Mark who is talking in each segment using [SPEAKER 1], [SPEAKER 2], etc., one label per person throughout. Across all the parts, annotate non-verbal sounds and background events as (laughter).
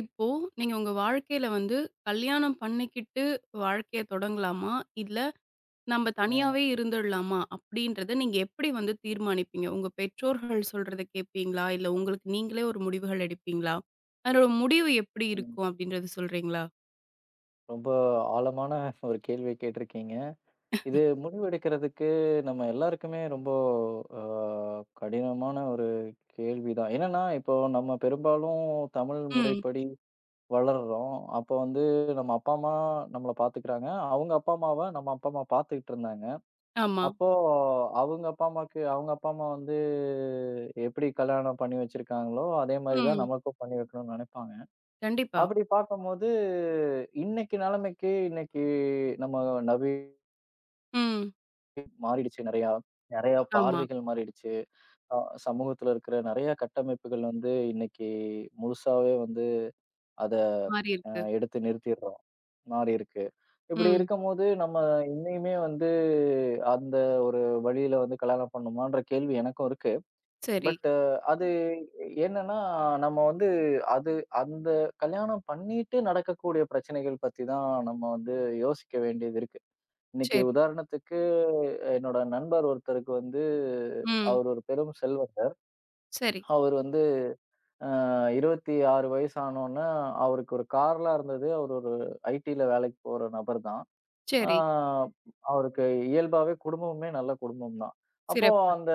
[SPEAKER 1] இப்போ நீங்க உங்க வாழ்க்கையில வந்து கல்யாணம் பண்ணிக்கிட்டு வாழ்க்கைய தொடங்கலாமா? இல்ல நம்ம
[SPEAKER 2] ம்,
[SPEAKER 1] தனியாவே இருந்துடலாமா? அப்படின்றத நீங்க எப்படி வந்து தீர்மானிப்பீங்க? உங்க பெற்றோர்கள் சொல்றத கேட்பீங்களா? இல்ல உங்களுக்கு நீங்களே ஒரு முடிவுகள் எடுப்பீங்களா? அதோட முடிவு எப்படி
[SPEAKER 2] ம்.
[SPEAKER 1] இருக்கும் அப்படின்றத சொல்றீங்களா?
[SPEAKER 2] ரொம்ப ஆழமான ஒரு கேள்விய கேட்டிருக்கீங்க. இது முடிவெடுக்கிறதுக்கு நம்ம எல்லாருக்குமே ரொம்ப அ கடினமான ஒரு கேள்விதான். என்னன்னா, இப்போ நம்ம பெரும்பாலும் தமிழ்
[SPEAKER 1] ம்.
[SPEAKER 2] முறைப்படி வளர்றோம். அப்போ வந்து நம்ம அப்பா, அம்மா நம்மள பாத்துக்கிறாங்க. அவங்க அப்பா அம்மாவ நம்ம அப்பா அம்மா பாத்துக்கிட்டு இருந்தாங்க.
[SPEAKER 1] ஆமா.
[SPEAKER 2] அப்போ அவங்க அப்பா அம்மாக்கு அவங்க அப்பா அம்மா வந்து எப்படி கல்யாணம் பண்ணி வச்சிருக்காங்களோ, அதே மாரி தான்
[SPEAKER 1] ம்.
[SPEAKER 2] நமக்கும் பண்ணி வைக்கணும்னு நெனைப்பாங்க.
[SPEAKER 1] கண்டிப்பா.
[SPEAKER 2] அப்படி பார்க்கும்போது, இன்னைக்கு நிலைமைக்கு, இன்னைக்கு நம்ம நெறைய
[SPEAKER 1] ம்.
[SPEAKER 2] மாறிடுச்சு நெறையா. நெறையா
[SPEAKER 1] ஆமா.
[SPEAKER 2] பார்வைகள் மாறிடுச்சு. அ சமூகத்துல இருக்கிற நெறைய கட்டமைப்புகள் வந்து இன்னைக்கு முழுசாவே வந்து அத அ
[SPEAKER 1] மாறியிருக்கு.
[SPEAKER 2] எடுத்து நிறுத்திடுறோம். மாறியிருக்கு. இப்படி
[SPEAKER 1] ம்.
[SPEAKER 2] இருக்கும்போது, நம்ம இன்னையுமே வந்து அந்த ஒரு வழியில வந்து கல்யாணம் பண்ணணுமான்ற கேள்வி எனக்கும் இருக்கு.
[SPEAKER 1] சரி,
[SPEAKER 2] பட் அது என்னன்னா, நம்ம வந்து அது அந்த கல்யாணம் பண்ணிட்டு நடக்கக்கூடிய பிரச்சனைகள் பத்தி தான் நம்ம வந்து யோசிக்க வேண்டியது இருக்கு. இன்னைக்கு
[SPEAKER 1] சரி.
[SPEAKER 2] உதாரணத்துக்கு என்னோட நண்பர் ஒருத்தருக்கு வந்து
[SPEAKER 1] ம்.
[SPEAKER 2] அவர் ஒரு பெரும் செல்வந்தர்.
[SPEAKER 1] சரி,
[SPEAKER 2] அவர் வந்து அ 26 வயசு ஆனோன்ன, அவருக்கு ஒரு கார்லாம் இருந்தது. அவர் ஒரு ஐடில வேலைக்கு போற நபர் தான். ஆ
[SPEAKER 1] சரி.
[SPEAKER 2] அவருக்கு இயல்பாவே குடும்பமுமே நல்ல குடும்பம் தான். அப்போ
[SPEAKER 1] சிறப்பு.
[SPEAKER 2] அந்த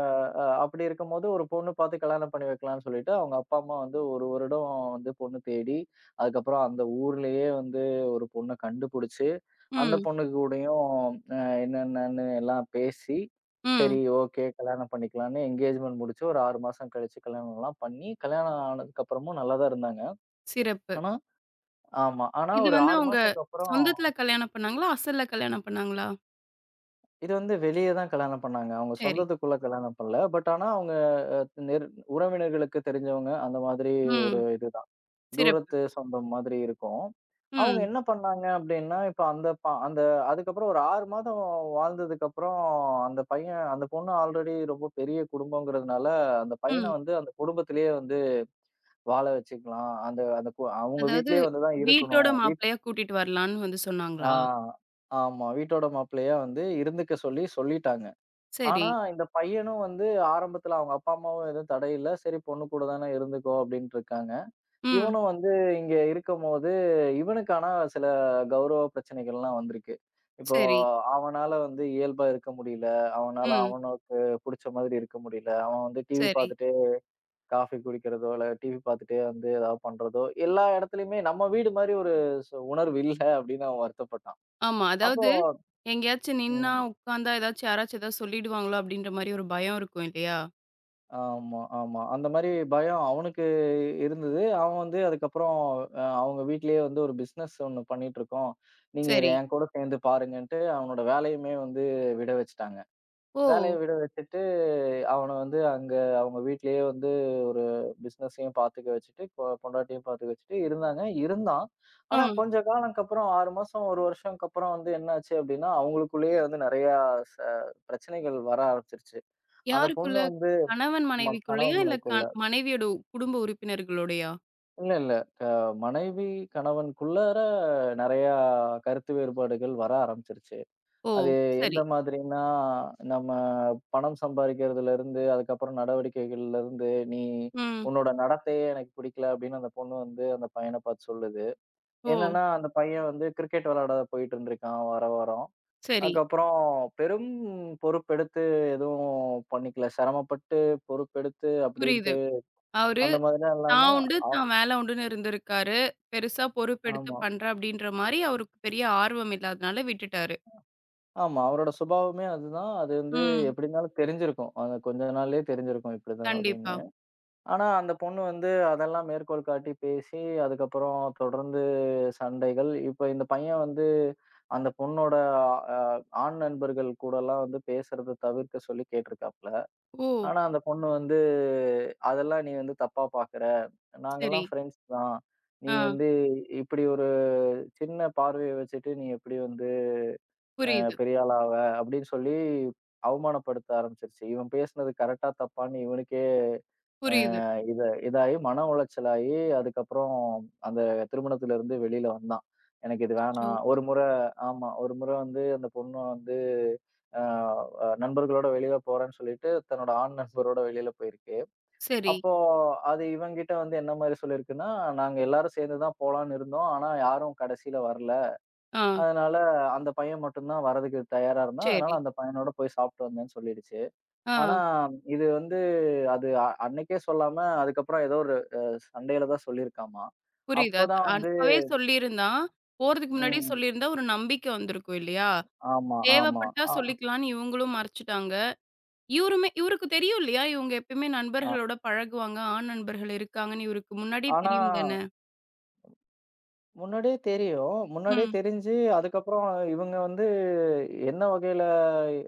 [SPEAKER 2] அ அ அப்படி இருக்கும்போது ஒரு பொண்ணு பாத்து கல்யாணம் பண்ணி வைக்கலான்னு சொல்லிட்டு, அவங்க அப்பா, அம்மா வந்து 1 வருடம் வந்து பொண்ணு தேடி, அதுக்கப்புறம் அந்த ஊர்லயே வந்து ஒரு பொண்ண கண்டுபுடிச்சு, அந்த
[SPEAKER 1] ம்.
[SPEAKER 2] பொண்ணு கூடயும் அ என்னென்னன்னு எல்லாம் பேசி,
[SPEAKER 1] ம்.
[SPEAKER 2] சரி ஓகே கல்யாணம் பண்ணிக்கலான்னு என்கேஜ்மெண்ட் முடிச்சு ஒரு 6 மாசம் கழிச்சு கல்யாணம்லாம் பண்ணி, கல்யாணம் ஆனதுக்கப்புறமும் நல்லா தான் இருந்தாங்க.
[SPEAKER 1] சிறப்பு.
[SPEAKER 2] ஆனா ஆமா. ஆனா
[SPEAKER 1] இது
[SPEAKER 2] ஒரு
[SPEAKER 1] வந்து
[SPEAKER 2] 6
[SPEAKER 1] அவங்க
[SPEAKER 2] மாசத்துக்கு அப்புறம்
[SPEAKER 1] சொந்தத்துல கல்யாணம் பண்ணாங்களா? அசல்ல கல்யாணம் பண்ணாங்களா?
[SPEAKER 2] இது வந்து வெளிய தான் கல்யாணம் பண்ணாங்க. அவங்க
[SPEAKER 1] சரி.
[SPEAKER 2] சொந்தத்துக்குள்ள கல்யாணம் பண்ணல. ஆனா அவங்க அ நெரு உறவினர்களுக்கு தெரிஞ்சவங்க அந்த மாதிரி
[SPEAKER 1] ம்.
[SPEAKER 2] ஒரு இதுதான்.
[SPEAKER 1] சிறப்பு.
[SPEAKER 2] தூரத்து சொந்தம் மாதிரி இருக்கும். அவங்க
[SPEAKER 1] ம்.
[SPEAKER 2] என்ன பண்ணாங்க அப்டின்னா, இப்ப அந்த அந்த அதுக்கப்புறம் ஒரு 6 மாதம் வாழ்ந்ததுக்கப்புறம் அந்த பையன் அந்த பொண்ணு ஆல்ரெடி ரொம்ப பெரிய குடும்பங்கிறதுனால, அந்த பையன
[SPEAKER 1] ம்.
[SPEAKER 2] வந்து அந்த குடும்பத்திலேயே வந்து வாழ வச்சுக்கலாம். அந்த அந்த கு அவங்க
[SPEAKER 1] அதாவது
[SPEAKER 2] வீட்லயே வந்து தான்
[SPEAKER 1] வீட்டோட
[SPEAKER 2] இருக்கணும். வீட்
[SPEAKER 1] மாப்பிள்ளையா கூட்டிட்டு வரலான்னு வந்து
[SPEAKER 2] ஆ
[SPEAKER 1] சொன்னாங்களா?
[SPEAKER 2] ஆமா. வீட்டோட மாப்பிள்ளையா வந்து இருந்துக்க சொல்லி சொல்லிட்டாங்க.
[SPEAKER 1] சரி.
[SPEAKER 2] ஆனா, இந்த பையனும் வந்து ஆரம்பத்துல அவங்க அப்பா, அம்மாவும் எதுவும் தடை இல்ல. சரி பொண்ணு கூட தானே இருந்துக்கோ அப்டின்ட்டு இருக்காங்க.
[SPEAKER 1] ம்.
[SPEAKER 2] இவனும் வந்து இங்க இருக்கும்போது, இவனுக்கு ஆனா சில கௌரவ பிரச்சனைகள்லாம் வந்திருக்கு. இப்போ
[SPEAKER 1] சரி.
[SPEAKER 2] அவனால வந்து இயல்பா இருக்க முடியல. அவனால
[SPEAKER 1] ம்.
[SPEAKER 2] அவனுக்கு புடிச்ச மாதிரி இருக்க முடியல. அவன் வந்து டிவி
[SPEAKER 1] சரி.
[SPEAKER 2] பாத்துட்டே காஃபி குடிக்கிறதோ, இல்ல டிவி பாத்துட்டே வந்து ஏதாவது பண்றதோ, எல்லா இடத்துலயுமே நம்ம வீடு மாரி ஒரு உணர்வு இல்ல அப்டின்னு அவன் வருத்தப்பட்டான்.
[SPEAKER 1] ஆமா.
[SPEAKER 2] அப்போ
[SPEAKER 1] அதாவது எங்கேயாச்சும் நின்னா,
[SPEAKER 2] ம்.
[SPEAKER 1] உட்கார்ந்தா ஏதாச்சும் யாராச்சும் ஏதாவது சொல்லிடுவாங்களோ அப்டின்ற மாரி ஒரு பயம் இருக்கும் இல்லையா?
[SPEAKER 2] ஆமா, ஆமா. அந்த மாரி பயம் அவனுக்கு இருந்தது. அவன் வந்து அதுக்கப்புறம் அவங்க வீட்லயே வந்து ஒரு பிசினஸ் ஒண்ணு பண்ணிட்டுருக்கோம். நீங்க இத
[SPEAKER 1] சரி.
[SPEAKER 2] என் கூட சேர்ந்து பாருங்கன்ட்டு அவனோட வேலையுமே வந்து விட வச்சுட்டாங்க. வேலைய
[SPEAKER 1] ஓ!
[SPEAKER 2] விட வச்சுட்டு, அவன வந்து அங்க அவங்க வீட்லயே வந்து ஒரு பிசினஸையும் பார்த்துக்க வச்சுட்டு, பொண்டாட்டியும் பார்த்துக்க வச்சுட்டு இருந்தாங்க. இருந்தான். ஆனா
[SPEAKER 1] ம்.
[SPEAKER 2] கொஞ்ச காலம்க்கப்புறம் 6 மாசம், 1 வருஷம்க்கப்புறம் வந்து என்னாச்சு அப்டின்னா, அவங்களுக்குள்ளேயே வந்து நெறையா ச பிரச்சனைகள் வர ஆரம்பிச்சுருச்சு. அந்த
[SPEAKER 1] யாருக்குள்ள?
[SPEAKER 2] பொண்ணு வந்து
[SPEAKER 1] கணவன் மனைவிக்குள்ளயா?
[SPEAKER 2] கணவன்
[SPEAKER 1] இல்ல
[SPEAKER 2] மனைவிக்குள்ள
[SPEAKER 1] மனைவியோட குடும்ப உறுப்பினர்களோடயா?
[SPEAKER 2] இல்ல, இல்ல. அ மனைவி, கணவனுக்குள்ளார நெறையா கருத்து வேறுபாடுகள் வர ஆரம்பிச்சுருச்சு.
[SPEAKER 1] ஓ!
[SPEAKER 2] அது எந்த
[SPEAKER 1] சரி.
[SPEAKER 2] மாதிரின்னா, நம்ம பணம் சம்பாரிக்கிறதுலருந்து, அதுக்கப்புறம் நடவடிக்கைகள்லருந்து, "நீ
[SPEAKER 1] ம்.
[SPEAKER 2] உன்னோட நடத்தையே எனக்கு பிடிக்கல" அப்படின்னு அந்த பொண்ணு வந்து அந்த பையன பார்த்து சொல்லுது.
[SPEAKER 1] ஓ!
[SPEAKER 2] என்னன்னா, அந்த பையன் வந்து கிரிக்கெட் விளையாட போயிட்டுருந்துருக்கான் வார வாரம்.
[SPEAKER 1] சரி.
[SPEAKER 2] அதுக்கப்புறம் பெரும் பொறுப்பெடுத்து எதுவும் பண்ணிக்கல. சிரமப்பட்டு பொறுப்பெடுத்து
[SPEAKER 1] புரியுது.
[SPEAKER 2] அப்படின்ட்டு
[SPEAKER 1] அவரு
[SPEAKER 2] அந்த மாதிரிலாம் இல்லாம
[SPEAKER 1] "நான் உண்டு,
[SPEAKER 2] அவ்
[SPEAKER 1] நான் வேல உண்டுன்னு" இருந்திருக்காரு. பெருசா பொறுப்பெடுத்து
[SPEAKER 2] ஆமா.
[SPEAKER 1] பண்றேன் அப்படின்ற மாரி அவருக்கு பெரிய ஆர்வம் இல்லாதனால விட்டுட்டாரு.
[SPEAKER 2] ஆமா. அவரோட சுபாவமே அதுதான். அது வந்து
[SPEAKER 1] ம்.
[SPEAKER 2] எப்டி இருந்தாலும் தெரிஞ்சிருக்கும். அது கொஞ்ச நாள்லயே தெரிஞ்சிருக்கும் இப்டிதான்
[SPEAKER 1] கண்டிப்பா.
[SPEAKER 2] அப்டின்னு. ஆனா அந்த பொண்ணு வந்து அதெல்லாம் மேற்கோள் காட்டி பேசி, அதுக்கப்புறம் தொடர்ந்து சண்டைகள். இப்ப இந்த பையன் வந்து அந்த பொண்ணோட அ ஆண் நண்பர்கள் கூடலாம் வந்து பேசுறத தவிர்க்க சொல்லி கேட்டுருக்காப்ல.
[SPEAKER 1] ஓ!
[SPEAKER 2] ஆனா அந்த பொண்ணு வந்து, "அதெல்லாம் நீ வந்து தப்பா பாக்குற.
[SPEAKER 1] சரி.
[SPEAKER 2] நாங்கலாம் ஃப்ரெண்ட்ஸ் தான். நீ
[SPEAKER 1] ஆ.
[SPEAKER 2] வந்து இப்டி ஒரு சின்ன பார்வைய வச்சுட்டு நீ எப்டி வந்து"
[SPEAKER 1] புரியுது,
[SPEAKER 2] பெரிய ஆளாவ அப்படின்னு சொல்லி அவமானப்படுத்த ஆரம்பிச்சிருச்சு. இவன் பேசினது கரெக்ட்டா, தப்பான்னு இவனுக்கே
[SPEAKER 1] புரியுது.
[SPEAKER 2] இத இதாயி மன உளைச்சலாகி, அதுக்கப்புறம் அந்த திருமணத்திலிருந்து வெளியில வந்தான். எனக்கு இது
[SPEAKER 1] அச்சச்சோ!
[SPEAKER 2] வேணாம். ஒரு முறை ஆமா. ஒரு முறை வந்து அந்த பொண்ணு வந்து அ அ நண்பர்களோட வெளியில போறேன்னு சொல்லிட்டு, தன்னோட ஆண் நண்பரோட வெளியில போயிருக்கு.
[SPEAKER 1] சரி.
[SPEAKER 2] அப்போ அது இவன்கிட்ட வந்து என்ன மாரி சொல்லியிருக்குன்னா, "நாங்க எல்லாரும் சேர்ந்து தான் போலான்னு இருந்தோம். ஆனா யாரும் கடைசியில வரல.
[SPEAKER 1] ஆ.
[SPEAKER 2] அதனால அந்த பையன் மட்டும் தான் வரதுக்கு தயாரா இருந்தான். அதனால
[SPEAKER 1] சரி.
[SPEAKER 2] அந்த பையனோட போய் சாப்பிட்டு வந்தேன்னு சொல்லிடுச்சு."
[SPEAKER 1] ஆ.
[SPEAKER 2] ஆனா, இது வந்து அது அன்னைக்கே சொல்லாம அதுக்கப்புறம் ஏதோ ஒரு சண்டையில தான் சொல்லியிருக்காமாம்.
[SPEAKER 1] புரியுது. அது
[SPEAKER 2] அப்பதான் வந்து
[SPEAKER 1] அப்பவே சொல்லியிருந்தான். போறதுக்கு முன்னாடியே
[SPEAKER 2] ம்.
[SPEAKER 1] சொல்லியிருந்தா ஒரு நம்பிக்கை வந்திருக்கும் இல்லையா?
[SPEAKER 2] ஆமா, ஆமா.
[SPEAKER 1] தேவைப்பட்டா
[SPEAKER 2] ஆ
[SPEAKER 1] சொல்லிக்கலான்னு இவங்களும் மறைச்சுட்டாங்க. இவருமே இவருக்கு தெரியும் இல்லையா? இவங்க எப்பயுமே நண்பர்களோட பழகுவாங்க. ஆண் நண்பர்கள் இருக்காங்கன்னு இவருக்கு முன்னாடியே
[SPEAKER 2] ஆனா
[SPEAKER 1] தெரியும் தானே?
[SPEAKER 2] முன்னாடியே தெரியும். முன்னாடியே
[SPEAKER 1] ம்.
[SPEAKER 2] தெரிஞ்சு அதுக்கப்புறம் இவங்க வந்து என்ன வகையில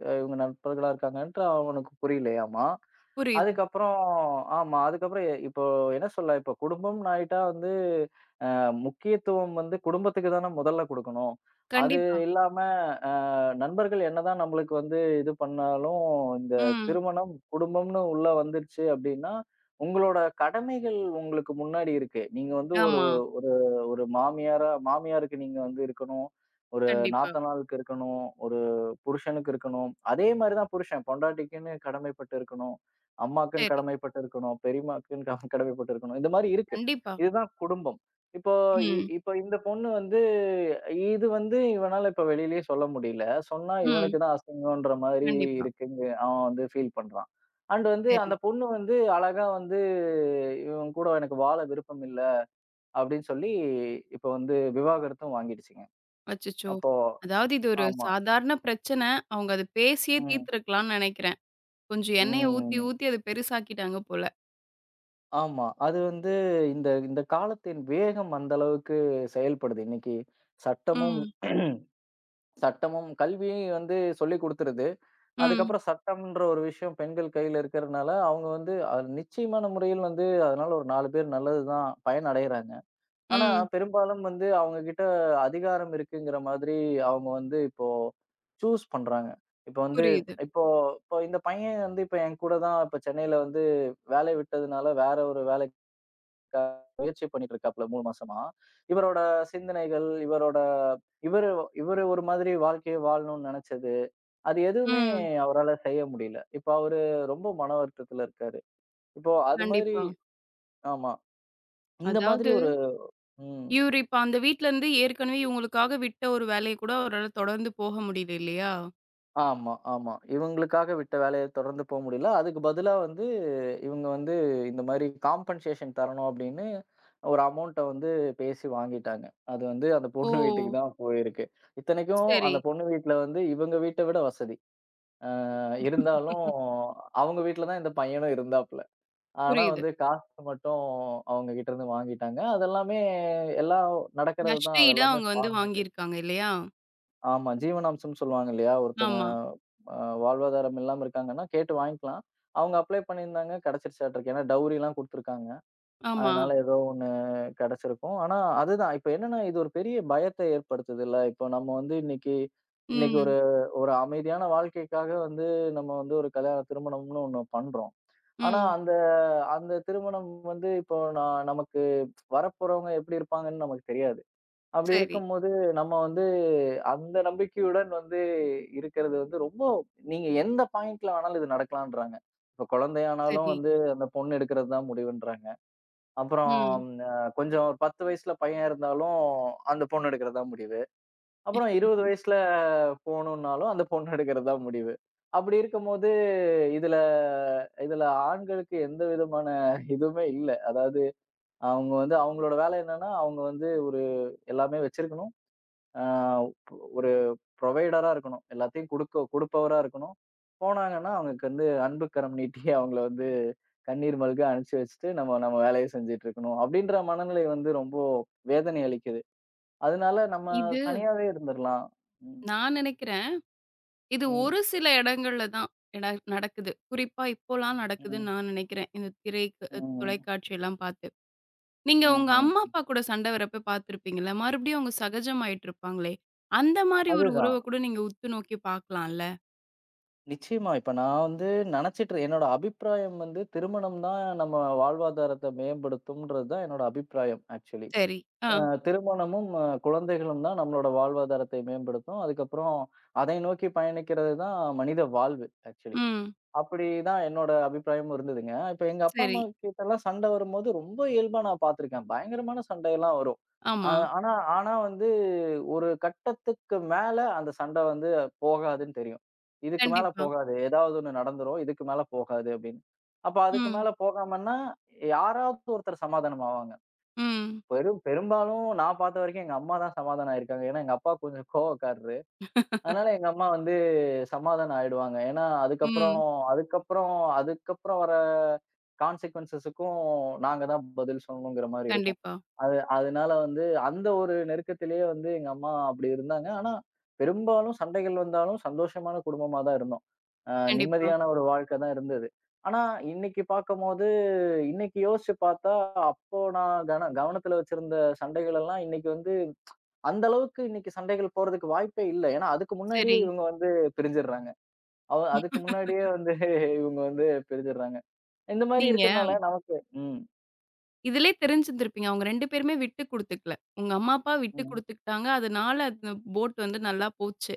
[SPEAKER 2] இவங்க நண்பர்களா இருக்காங்கன்ட்டு அவனுக்கு புரியலையாமா.
[SPEAKER 1] புரியுது.
[SPEAKER 2] அதுக்கப்புறம் ஆமா. அதுக்கப்புறம் இப்போ என்ன சொல்ல, இப்போ குடும்பம்னு ஆயிட்டா வந்து முக்கியத்துவம் வந்து குடும்பத்துக்கு தான முதல்ல குடுக்கணும். அது
[SPEAKER 1] கண்டிப்பா.
[SPEAKER 2] இல்லாம அ நண்பர்கள் என்னதான் நம்மளுக்கு வந்து இது பண்ணாலும், இந்த
[SPEAKER 1] ம்.
[SPEAKER 2] திருமணம், குடும்பம்னு உள்ள வந்துருச்சு அப்டின்னா, உங்களோட கடமைகள் உங்களுக்கு முன்னாடி இருக்கு. நீங்க வந்து ஒரு
[SPEAKER 1] ஆமா.
[SPEAKER 2] ஒரு ஒரு மாமியாரா மாமியாருக்கு நீங்க வந்து இருக்கணும். ஒரு
[SPEAKER 1] கண்டிப்பா.
[SPEAKER 2] நாத்தனாருக்கு இருக்கணும். ஒரு புருஷனுக்கு இருக்கணும். அதே மாரி தான் புருஷன் பொண்டாட்டிக்குன்னு கடமைப்பட்டு இருக்கணும். அம்மாக்குன்னு
[SPEAKER 1] சரி.
[SPEAKER 2] கடமைப்பட்டு இருக்கணும். பெரியம்மாக்குன்னு கடமைப்பட்டு இருக்கணும். இந்த மாரி இருக்கு.
[SPEAKER 1] கண்டிப்பா.
[SPEAKER 2] இதுதான் குடும்பம். இப்போ இப்போ இ
[SPEAKER 1] ம்.
[SPEAKER 2] இப்போ இந்த பொண்ணு வந்து இது வந்து இவனால இப்ப வெளியிலயே சொல்ல முடியல. சொன்னா
[SPEAKER 1] ம்.
[SPEAKER 2] இவனுக்கு தான் அசிங்கம்ன்ற மாதிரி
[SPEAKER 1] கண்டிப்பா.
[SPEAKER 2] இருக்குன்னு அவன் வந்து ஃபீல் பண்றான். அண்ட் வந்து
[SPEAKER 1] சரி.
[SPEAKER 2] அந்த பொண்ணு வந்து அழகா வந்து இவன் கூட எனக்கு வாழ விருப்பம் இல்ல அப்படின்னு சொல்லி இப்ப வந்து விவாகரத்தும் வாங்கிடுச்சுங்க.
[SPEAKER 1] அச்சச்சோ!
[SPEAKER 2] அப்போ
[SPEAKER 1] அதாவது இது ஒரு
[SPEAKER 2] ஆமா.
[SPEAKER 1] சாதாரண பிரச்சன. அவங்க அத பேசியே
[SPEAKER 2] ம்.
[SPEAKER 1] தீர்த்துருக்கலாம்னு நெனைக்கிறேன். கொஞ்சம் எண்ணெய ஊத்தி,
[SPEAKER 2] ம்.
[SPEAKER 1] ஊத்தி அத பெருசாக்கிட்டாங்க போல.
[SPEAKER 2] ஆமா. அது வந்து இந்த இந்த காலத்தின் வேகம் அந்த அளவுக்கு செயல்படுது. இன்னைக்கு சட்டமும்
[SPEAKER 1] ம்.
[SPEAKER 2] சட்டமும் கல்வியும் வந்து சொல்லிக் குடுத்துருது.
[SPEAKER 1] ம்.
[SPEAKER 2] அதுக்கப்புறம் சட்டம்ன்ற ஒரு விஷயம் பெண்கள் கையில இருக்கிறதுனால, அவங்க வந்து நிச்சயமான முறையில் வந்து அதனால ஒரு 4 பேர் நல்லது தான் பயனடையறாங்க. ஆனா
[SPEAKER 1] ம்.
[SPEAKER 2] பெரும்பாலும் வந்து அவங்க கிட்ட அதிகாரம் இருக்குங்கிற மாதிரி அவங்க வந்து இப்போ சூஸ் பண்றாங்க. இப்போ வந்து
[SPEAKER 1] புரியுது.
[SPEAKER 2] இப்போ இப்போ இந்த பையன் வந்து இப்ப என் கூட தான் இப்ப சென்னையில வந்து வேலை விட்டதுனால வேற ஒரு வேலைக்காக முயற்சி பண்ணிட்டு இருக்காப்ல 3 மாசமா. இவரோட சிந்தனைகள், இவரோட இவரு இவரு ஒரு மாதிரி வாழ்க்கைய வாழணும்னு நெனச்சது. அது எதுவுமே
[SPEAKER 1] ம்.
[SPEAKER 2] அவரால செய்ய முடியல. இப்ப அவரு ரொம்ப மன வருத்தத்துல இருக்காரு. இப்போ அது மாதிரி
[SPEAKER 1] கண்டிப்பா.
[SPEAKER 2] ஆமா. இந்த மாதிரி
[SPEAKER 1] அதாவது
[SPEAKER 2] ஒரு ம்.
[SPEAKER 1] இவரு இப்ப அந்த வீட்லருந்து ஏற்கனவே இவங்களுக்காக விட்ட ஒரு வேலைய கூட அவரால தொடர்ந்து போக முடியல இல்லையா?
[SPEAKER 2] ஆமா, ஆமா. இவங்களுக்காக விட்ட வேலைய தொடர்ந்து போ முடியல. அதுக்கு பதிலா வந்து இவங்க வந்து இந்த மாரி காம்பன்சேஷன் தரணும் அப்படின்னு ஒரு அமௌண்ட்ட வந்து பேசி வாங்கிட்டாங்க. அது வந்து அந்த
[SPEAKER 1] ஓ!
[SPEAKER 2] பொண்ணு வீட்டுக்கு தான் போயிருக்கு. இத்தனைக்கும்
[SPEAKER 1] சரி.
[SPEAKER 2] அந்த பொண்ணு வீட்ல வந்து இவங்க வீட்ட விட வசதி. அ இருந்தாலும் அவங்க வீட்ல தான் இந்த பையனும் இருந்தாப்ல. ஆனா
[SPEAKER 1] புரியுது.
[SPEAKER 2] வந்து காசு மட்டும் அவங்க கிட்ட இருந்து வாங்கிட்டாங்க. அதெல்லாமே எல்லாம் நடக்கிறது
[SPEAKER 1] நஷ்ட
[SPEAKER 2] தான்.
[SPEAKER 1] ஈடா
[SPEAKER 2] அதெல்லாமே
[SPEAKER 1] அவங்க வந்து
[SPEAKER 2] ஃபார்மாலிட்டி.
[SPEAKER 1] வாங்கியிருக்காங்க இல்லையா?
[SPEAKER 2] ஆமா. ஜீவனாம்சம்ன்னு சொல்லுவாங்க இல்லையா? ஒருத்தங்க
[SPEAKER 1] ஆமா,
[SPEAKER 2] அ வாழ்வாதாரம் இல்லாம இருக்காங்கன்னா, கேட்டு வாங்கிக்கலாம். அவங்க அப்ளை பண்ணியிருந்தாங்க. கிடைச்சிருச்சாட்ருக்கு. ஏன்னா டவுரிலாம் குடுத்துருக்காங்க.
[SPEAKER 1] ஆமா.
[SPEAKER 2] அதனால ஏதோ ஒண்ணு கிடைச்சிருக்கும். ஆனா அதுதான். இப்ப என்னன்னா, இது ஒரு பெரிய பயத்த ஏற்படுத்துதுல்ல. இப்போ நம்ம வந்து இன்னைக்கு இன்னைக்கு ஒரு
[SPEAKER 1] ம்,
[SPEAKER 2] ஒரு அமைதியான வாழ்க்கைக்காக வந்து நம்ம வந்து ஒரு கல்யாணம் திருமணம்னு ஒண்ணு பண்றோம். ஆனா
[SPEAKER 1] ம்.
[SPEAKER 2] அந்த அந்த திருமணம் வந்து இப்போ நான் நமக்கு வரப்போறவங்க எப்படி இருப்பாங்கன்னு நமக்கு தெரியாது. அப்படி
[SPEAKER 1] சரி,
[SPEAKER 2] இருக்கும்போது நம்ம வந்து அந்த நம்பிக்கையுடன் வந்து இருக்கிறது வந்து ரொம்ப நீங்க எந்த பாயிண்ட்ல வேணாலும் இது நடக்கலான்றாங்க. இப்போ குழந்தையானாலும்
[SPEAKER 1] சரி.
[SPEAKER 2] வந்து அந்த பொண்ணு எடுக்கிறது தான் முடிவுன்றாங்க. அப்புறம்
[SPEAKER 1] ம்.
[SPEAKER 2] அ கொஞ்சம் ஒரு 10 வயசுல பையன் இருந்தாலும் அந்த பொண்ணு எடுக்கிறது தான் முடிவு. அப்புறம் 20 வயசுல போணும்னாலும் அந்த பொண்ணு எடுக்கிறது தான் முடிவு. அப்படி இருக்கும்போது இதுல இதுல ஆண்களுக்கு எந்த விதமான இதுவுமே இல்ல. அதாவது அவங்க வந்து அவங்களோட வேலை என்னன்னா, அவங்க வந்து ஒரு எல்லாமே வச்சிருக்கணும். அ ஒரு புரொவைடரா இருக்கணும். எல்லாத்தையும் குடுக்க குடுப்பவரா இருக்கணும். போனாங்கன்னா, அவங்களுக்கு வந்து அன்புக்கரம் நீட்டி அவங்கள வந்து கண்ணீர் மல்க அனுப்பிச்சு வச்சுட்டு, நம்ம நம்ம வேலைய செஞ்சுட்டு இருக்கணும். அப்படின்ற மனநிலை வந்து ரொம்ப வேதனை அளிக்குது. அதனால நம்ம
[SPEAKER 1] இது
[SPEAKER 2] தனியாவே இருந்துரலாம். ம்,
[SPEAKER 1] நான் நினைக்கிறேன், இது
[SPEAKER 2] ம்,
[SPEAKER 1] ஒரு சில இடங்கள்ல தான் எட நடக்குது. குறிப்பா இப்போலாம் நடக்குதுன்னு
[SPEAKER 2] ம்,
[SPEAKER 1] நான் நினைக்கிறேன். இந்த திரை
[SPEAKER 2] ம்,
[SPEAKER 1] தொலைக்காட்சியெல்லாம் பார்த்து. நீங்க உங்க
[SPEAKER 2] ம்ஹ்ம்.
[SPEAKER 1] அம்மா, அப்பா கூட சண்ட வரப்ப பார்த்துருப்பீங்கல்ல, மறுபடியும் அவங்க சகஜமாயிட்டு இருப்பாங்களே! அந்த மாரி ஒரு உறவ
[SPEAKER 2] அதுதான்.
[SPEAKER 1] கூட நீங்க உத்து நோக்கி பார்க்கலாம்ல.
[SPEAKER 2] நிச்சயமா. இப்ப நான் வந்து நெனச்சிட்டு என்னோட அபிப்பிராயம் வந்து திருமணம் தான் நம்ம வாழ்வாதாரத்த மேம்படுத்தும்ன்றது தான் என்னோட அபிப்பிராயம் ஆக்சுவலி.
[SPEAKER 1] சரி. ஆ.
[SPEAKER 2] திருமணமும், குழந்தைகளும் தான் நம்மளோட வாழ்வாதாரத்தை மேம்படுத்தும். அதுக்கப்புறம் அதை நோக்கி பயணிக்கிறது தான் மனித வாழ்வு ஆக்சுவலி.
[SPEAKER 1] ம்.
[SPEAKER 2] அப்படிதான் என்னோட அபிப்பிராயமும் இருந்ததுங்க. இப்ப எங்க அப்பா,
[SPEAKER 1] சரி.
[SPEAKER 2] அம்மா கிட்டலாம் சண்டை வரும்போது, ரொம்ப இயல்பா நான் பார்த்துருக்கேன். பயங்கரமான சண்டையெல்லாம் வரும். அ
[SPEAKER 1] ஆமா.
[SPEAKER 2] ஆனா ஆனா வந்து ஒரு கட்டத்துக்கு மேல அந்த சண்டை வந்து போகாதுன்னு தெரியும். இதுக்கு மேல
[SPEAKER 1] கண்டிப்பா.
[SPEAKER 2] போகாது. ஏதாவது ஒண்ணு நடந்துரும். இதுக்கு மேல போகாது அப்படின்னு. அப்ப அதுக்கு
[SPEAKER 1] ம்,
[SPEAKER 2] மேல போகாமன்னா, யாராவது ஒருத்தர் சமாதானம் ஆவாங்க.
[SPEAKER 1] ம்.
[SPEAKER 2] பெரும் பெரும்பாலும் நான் பார்த்த வரைக்கும் எங்க அம்மா தான் சமாதானம் ஆயிருக்காங்க. ஏன்னா எங்க அப்பா கொஞ்சம் கோவக்காரரு. அதனால
[SPEAKER 1] (laughs)
[SPEAKER 2] எங்க அம்மா வந்து சமாதானம் ஆயிடுவாங்க. ஏன்னா, அதுக்கப்புறம்
[SPEAKER 1] ம்.
[SPEAKER 2] அதுக்கப்புறம் அதுக்கப்புறம் வர கான்சிக்வென்ஸஸுக்கும் நாங்க தான் பதில் சொல்லணுங்கிற மாரி இருக்கும்.
[SPEAKER 1] கண்டிப்பா,
[SPEAKER 2] அது அதனால வந்து அந்த ஒரு நெருக்கத்திலேயே வந்து எங்க அம்மா அப்படி இருந்தாங்க. ஆனா, பெரும்பாலும் சண்டைகள் வந்தாலும் சந்தோஷமான குடும்பமா தான் இருந்தோம். அ
[SPEAKER 1] கண்டிப்பா.
[SPEAKER 2] நிம்மதியான ஒரு வாழ்க்கை தான் இருந்தது. ஆனா, இன்னைக்கு பார்க்கும்போது இன்னைக்கு யோசிச்சு பார்த்தா, அப்போ நான் கன கவனத்துல வச்சிருந்த சண்டைகள் எல்லாம் இன்னைக்கு வந்து அந்த அளவுக்கு இன்னைக்கு சண்டைகள் போறதுக்கு வாய்ப்பே இல்ல. ஏன்னா, அதுக்கு முன்னாடியே
[SPEAKER 1] சரி.
[SPEAKER 2] இவங்க வந்து பிரிஞ்சிடுறாங்க. அதுக்கு முன்னாடியே வந்து இவுங்க வந்து பிரிஞ்சிடுறாங்க. இந்த மாரி
[SPEAKER 1] நீங்க?
[SPEAKER 2] இருக்கிறனால நமக்கு ம்,
[SPEAKER 1] இதிலயே தெரிஞ்சிருந்திருப்பீங்க. அவங்க 2 பேருமே விட்டு குடுத்துக்கல. உங்க அம்மா, அப்பா விட்டு
[SPEAKER 2] ம்,
[SPEAKER 1] குடுத்துக்கிட்டாங்க. அதனால அந்த போட் வந்து நல்லா போச்சு.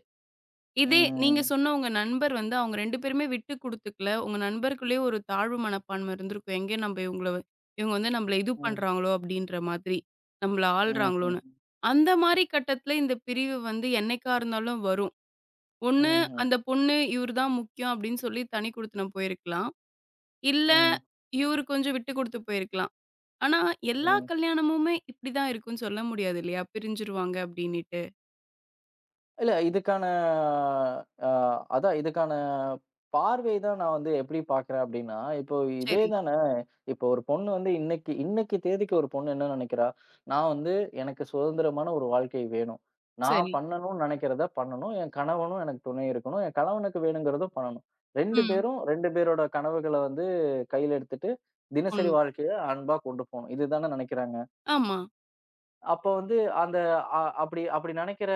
[SPEAKER 1] இதே நீங்க
[SPEAKER 2] ம்,
[SPEAKER 1] சொன்ன உங்க நண்பர் வந்து அவங்க 2 பேருமே விட்டு குடுத்துக்கல. உங்க நண்பருக்குள்ளயே ஒரு தாழ்வு மனப்பான்மை இருந்திருக்கும். எங்க நம்ம இவங்கள இவங்க வந்து நம்மள இது
[SPEAKER 2] ம்,
[SPEAKER 1] பண்றாங்களோ அப்டின்ற மாதிரி. நம்மள ஆள்றாங்களோன்னு.
[SPEAKER 2] ம்ஹ்ம்,
[SPEAKER 1] அந்த மாரி கட்டத்தில இந்த பிரிவு வந்து என்னைக்கா இருந்தாலும் வரும். ஒண்ணு
[SPEAKER 2] ம்ஹ்ம்,
[SPEAKER 1] அந்த பொண்ணு இவரு தான் முக்கியம் அப்டின்னு சொல்லி தனி குடித்தனம் போயிருக்கலாம். இல்ல
[SPEAKER 2] ம்,
[SPEAKER 1] இவரு கொஞ்சம் விட்டு குடுத்து போயிருக்கலாம். ஆனா, எல்லா
[SPEAKER 2] ம்.
[SPEAKER 1] கல்யாணமுமே இப்படிதான் இருக்கும்னு சொல்ல முடியாது இல்லையா? பிரிஞ்சுருவாங்க அப்படின்னுட்டு.
[SPEAKER 2] இல்ல இதுக்கான அ அதான் இதுக்கான பார்வை தான் நான் வந்து எப்படி பார்க்கிறேன் அப்படின்னா, இப்போ இதே
[SPEAKER 1] சரி,
[SPEAKER 2] தான இப்போ ஒரு பொண்ணு வந்து இன்னைக்கு இன்னைக்கு தேதிக்கு ஒரு பொண்ணு என்ன நினைக்கிறா? நான் வந்து எனக்கு சுதந்திரமான ஒரு வாழ்க்கை வேணும். நான்
[SPEAKER 1] சரி.
[SPEAKER 2] பண்ணணும்னு நினைக்கிறத பண்ணணும். என் கணவனும் எனக்கு துணை இருக்கணும். என் கணவனுக்கு வேணுங்கிறதும் பண்ணணும். 2
[SPEAKER 1] ம்.
[SPEAKER 2] பேரும் 2 பேரோட கனவுகள வந்து கையில எடுத்துட்டு,
[SPEAKER 1] பொண்ணு.
[SPEAKER 2] தினசரி வாழ்க்கைய அன்பா கொண்டு போணும். இதுதானே நினைக்கிறாங்க.
[SPEAKER 1] ஆமா.
[SPEAKER 2] அப்ப வந்து அந்த அப்படி அப்படி நினைக்கிற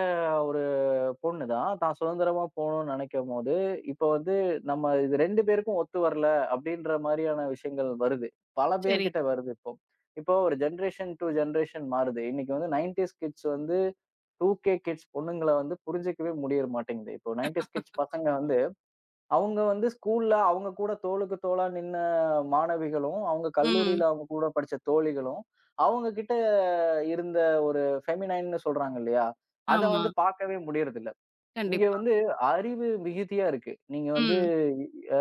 [SPEAKER 2] பொண்ணு தான். தான் சுதந்திரமா போணும்னு நெனைக்கும்போது, இப்ப வந்து நம்ம இது 2 பேருக்கும் ஒத்து வரல அப்படின்ற மாரியான விஷயங்கள் வருது. பல
[SPEAKER 1] சரி.
[SPEAKER 2] பேர்கிட்ட வருது இப்போ. இப்போ ஒரு ஜெனரேஷன் டூ ஜெனரேஷன் மாறுது. இன்னைக்கு வந்து 90ஸ் கிட்ஸ் வந்து 2கே கிட்ஸ் பொண்ணுங்கள வந்து புரிஞ்சுக்கவே முடிய மாட்டேங்குது. இப்போ 90ஸ் கிட்ஸ் பசங்க வந்து, அவங்க வந்து ஸ்கூல்ல அவங்க கூட தோளுக்கு தோளா நின்ன மாணவிகளும், அவங்க
[SPEAKER 1] ம்.
[SPEAKER 2] கல்லூரியில அவங்க கூட படிச்ச தோழிகளும், அவங்க கிட்ட இருந்த ஒரு ஃபெமினைன்னு சொல்றாங்க இல்லையா? அத
[SPEAKER 1] ஆமா.
[SPEAKER 2] வந்து பார்க்கவே முடியறதில்ல. இங்க
[SPEAKER 1] கண்டிப்பா.
[SPEAKER 2] வந்து அறிவு மிகுதியா இருக்கு. நீங்க வந்து
[SPEAKER 1] ம்.
[SPEAKER 2] அ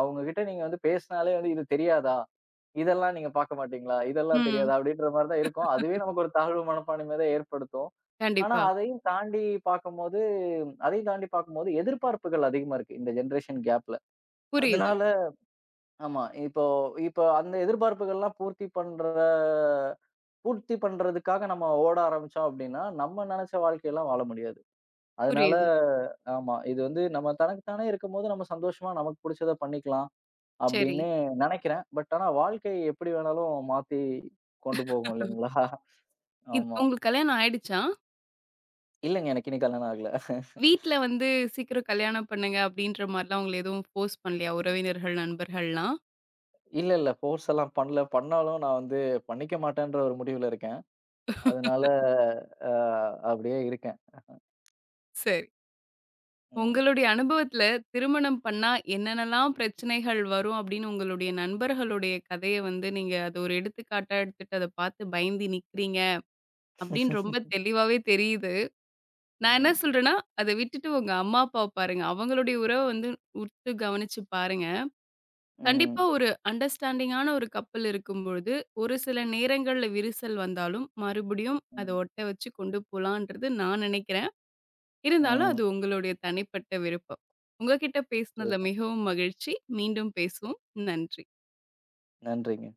[SPEAKER 2] அவங்க கிட்ட நீங்க வந்து பேசினாலே வந்து "இது தெரியாதா? இதெல்லாம் நீங்க பார்க்க மாட்டீங்களா? இதெல்லாம்
[SPEAKER 1] ம்.
[SPEAKER 2] தெரியாதா?" அப்படின்ற மாரி தான் இருக்கும். அதுவே நமக்கு ஒரு தாழ்வு மனப்பான்மைய தான் ஏற்படுத்தும். ஆனா
[SPEAKER 1] கண்டிப்பா.
[SPEAKER 2] அதையும் தாண்டி பார்க்கும்போது அதையும் தாண்டி பார்க்கும்போது எதிர்பார்ப்புகள் அதிகமா இருக்கு. இந்த ஜெனரேஷன் கேப்ல.
[SPEAKER 1] புரியுது,
[SPEAKER 2] அதனால ஆமா. இப்போ இப்போ அந்த எதிர்பார்ப்புகள்லாம் பூர்த்தி பண்ற பூர்த்தி பண்றதுக்காக நம்ம ஓட ஆரம்பிச்சோம் அப்படின்னா, நம்ம நெனைச்ச வாழ்க்கையெல்லாம் வாழ முடியாது. அதனால
[SPEAKER 1] புரியுது.
[SPEAKER 2] ஆமா. இது வந்து நம்ம தனக்கு தானே இருக்கும்போது, நம்ம சந்தோஷமா நமக்கு புடிச்சத பண்ணிக்கலாம்
[SPEAKER 1] சரி.
[SPEAKER 2] அப்படின்னு நெனைக்கிறேன். ஆனா வாழ்க்கை எப்படி வேணாலும் மாத்தி கொண்டு போகும் இல்லைங்களா? ஆமா.
[SPEAKER 1] உங்களுக்கு கல்யாணம் ஆயிடுச்சா?
[SPEAKER 2] இல்லங்க எனக்கு இன்னும் கல்யாணம் ஆகல.
[SPEAKER 1] வீட்ல வந்து சீக்கிரம் கல்யாணம் பண்ணுங்க அப்படின்ற மாரிலாம் உங்கள எதுவும் ஃபோர்ஸ் பண்ணலையா? உறவினர்கள், நண்பர்கள்லாம்?
[SPEAKER 2] இல்ல, இல்ல ஃபோர்ஸ் எல்லாம் பண்ணல. பண்ணாலும் நான் வந்து பண்ணிக்க மாட்டேன்ற ஒரு முடிவுல இருக்கேன். அதனால அ அப்படியே இருக்கேன்.
[SPEAKER 1] சரி.
[SPEAKER 2] ம்.
[SPEAKER 1] உங்களுடைய அனுபவத்துல திருமணம் பண்ணா என்னென்னலாம் பிரச்சனைகள் வரும் அப்படின்னு உங்களுடைய நண்பர்களுடைய கதைய வந்து நீங்க அத ஒரு எடுத்துக்காட்டா எடுத்துட்டு அத பார்த்து பயந்து நிக்கிறீங்க அப்படின்னு ரொம்ப
[SPEAKER 2] (laughs)
[SPEAKER 1] தெளிவாவே தெரியுது. நான் என்ன
[SPEAKER 2] ம்.
[SPEAKER 1] சொல்றேன்னா, அத விட்டுட்டு உங்க அம்மா அப்பாவ பாருங்க. அவங்களுடைய உறவ வந்து உற்று கவனிச்சு பாருங்க. கண்டிப்பா
[SPEAKER 2] ம்.
[SPEAKER 1] ஒரு அண்டர்ஸ்டாண்டிங்கான ஒரு கப்பல் இருக்கும்பொழுது, ஒரு சில நேரங்கள்ல விரிசல் வந்தாலும் மறுபடியும் அத
[SPEAKER 2] ம்.
[SPEAKER 1] ஒட்ட வச்சு கொண்டு போலான்றது நான் நினைக்கிறேன். இருந்தாலும் அது
[SPEAKER 2] ம்.
[SPEAKER 1] உங்களுடைய தனிப்பட்ட விருப்பம். உங்ககிட்ட பேசினதுல
[SPEAKER 2] சரிங்க.
[SPEAKER 1] மிகவும் மகிழ்ச்சி. மீண்டும் பேசுவோம். நன்றி.
[SPEAKER 2] நன்றிங்க.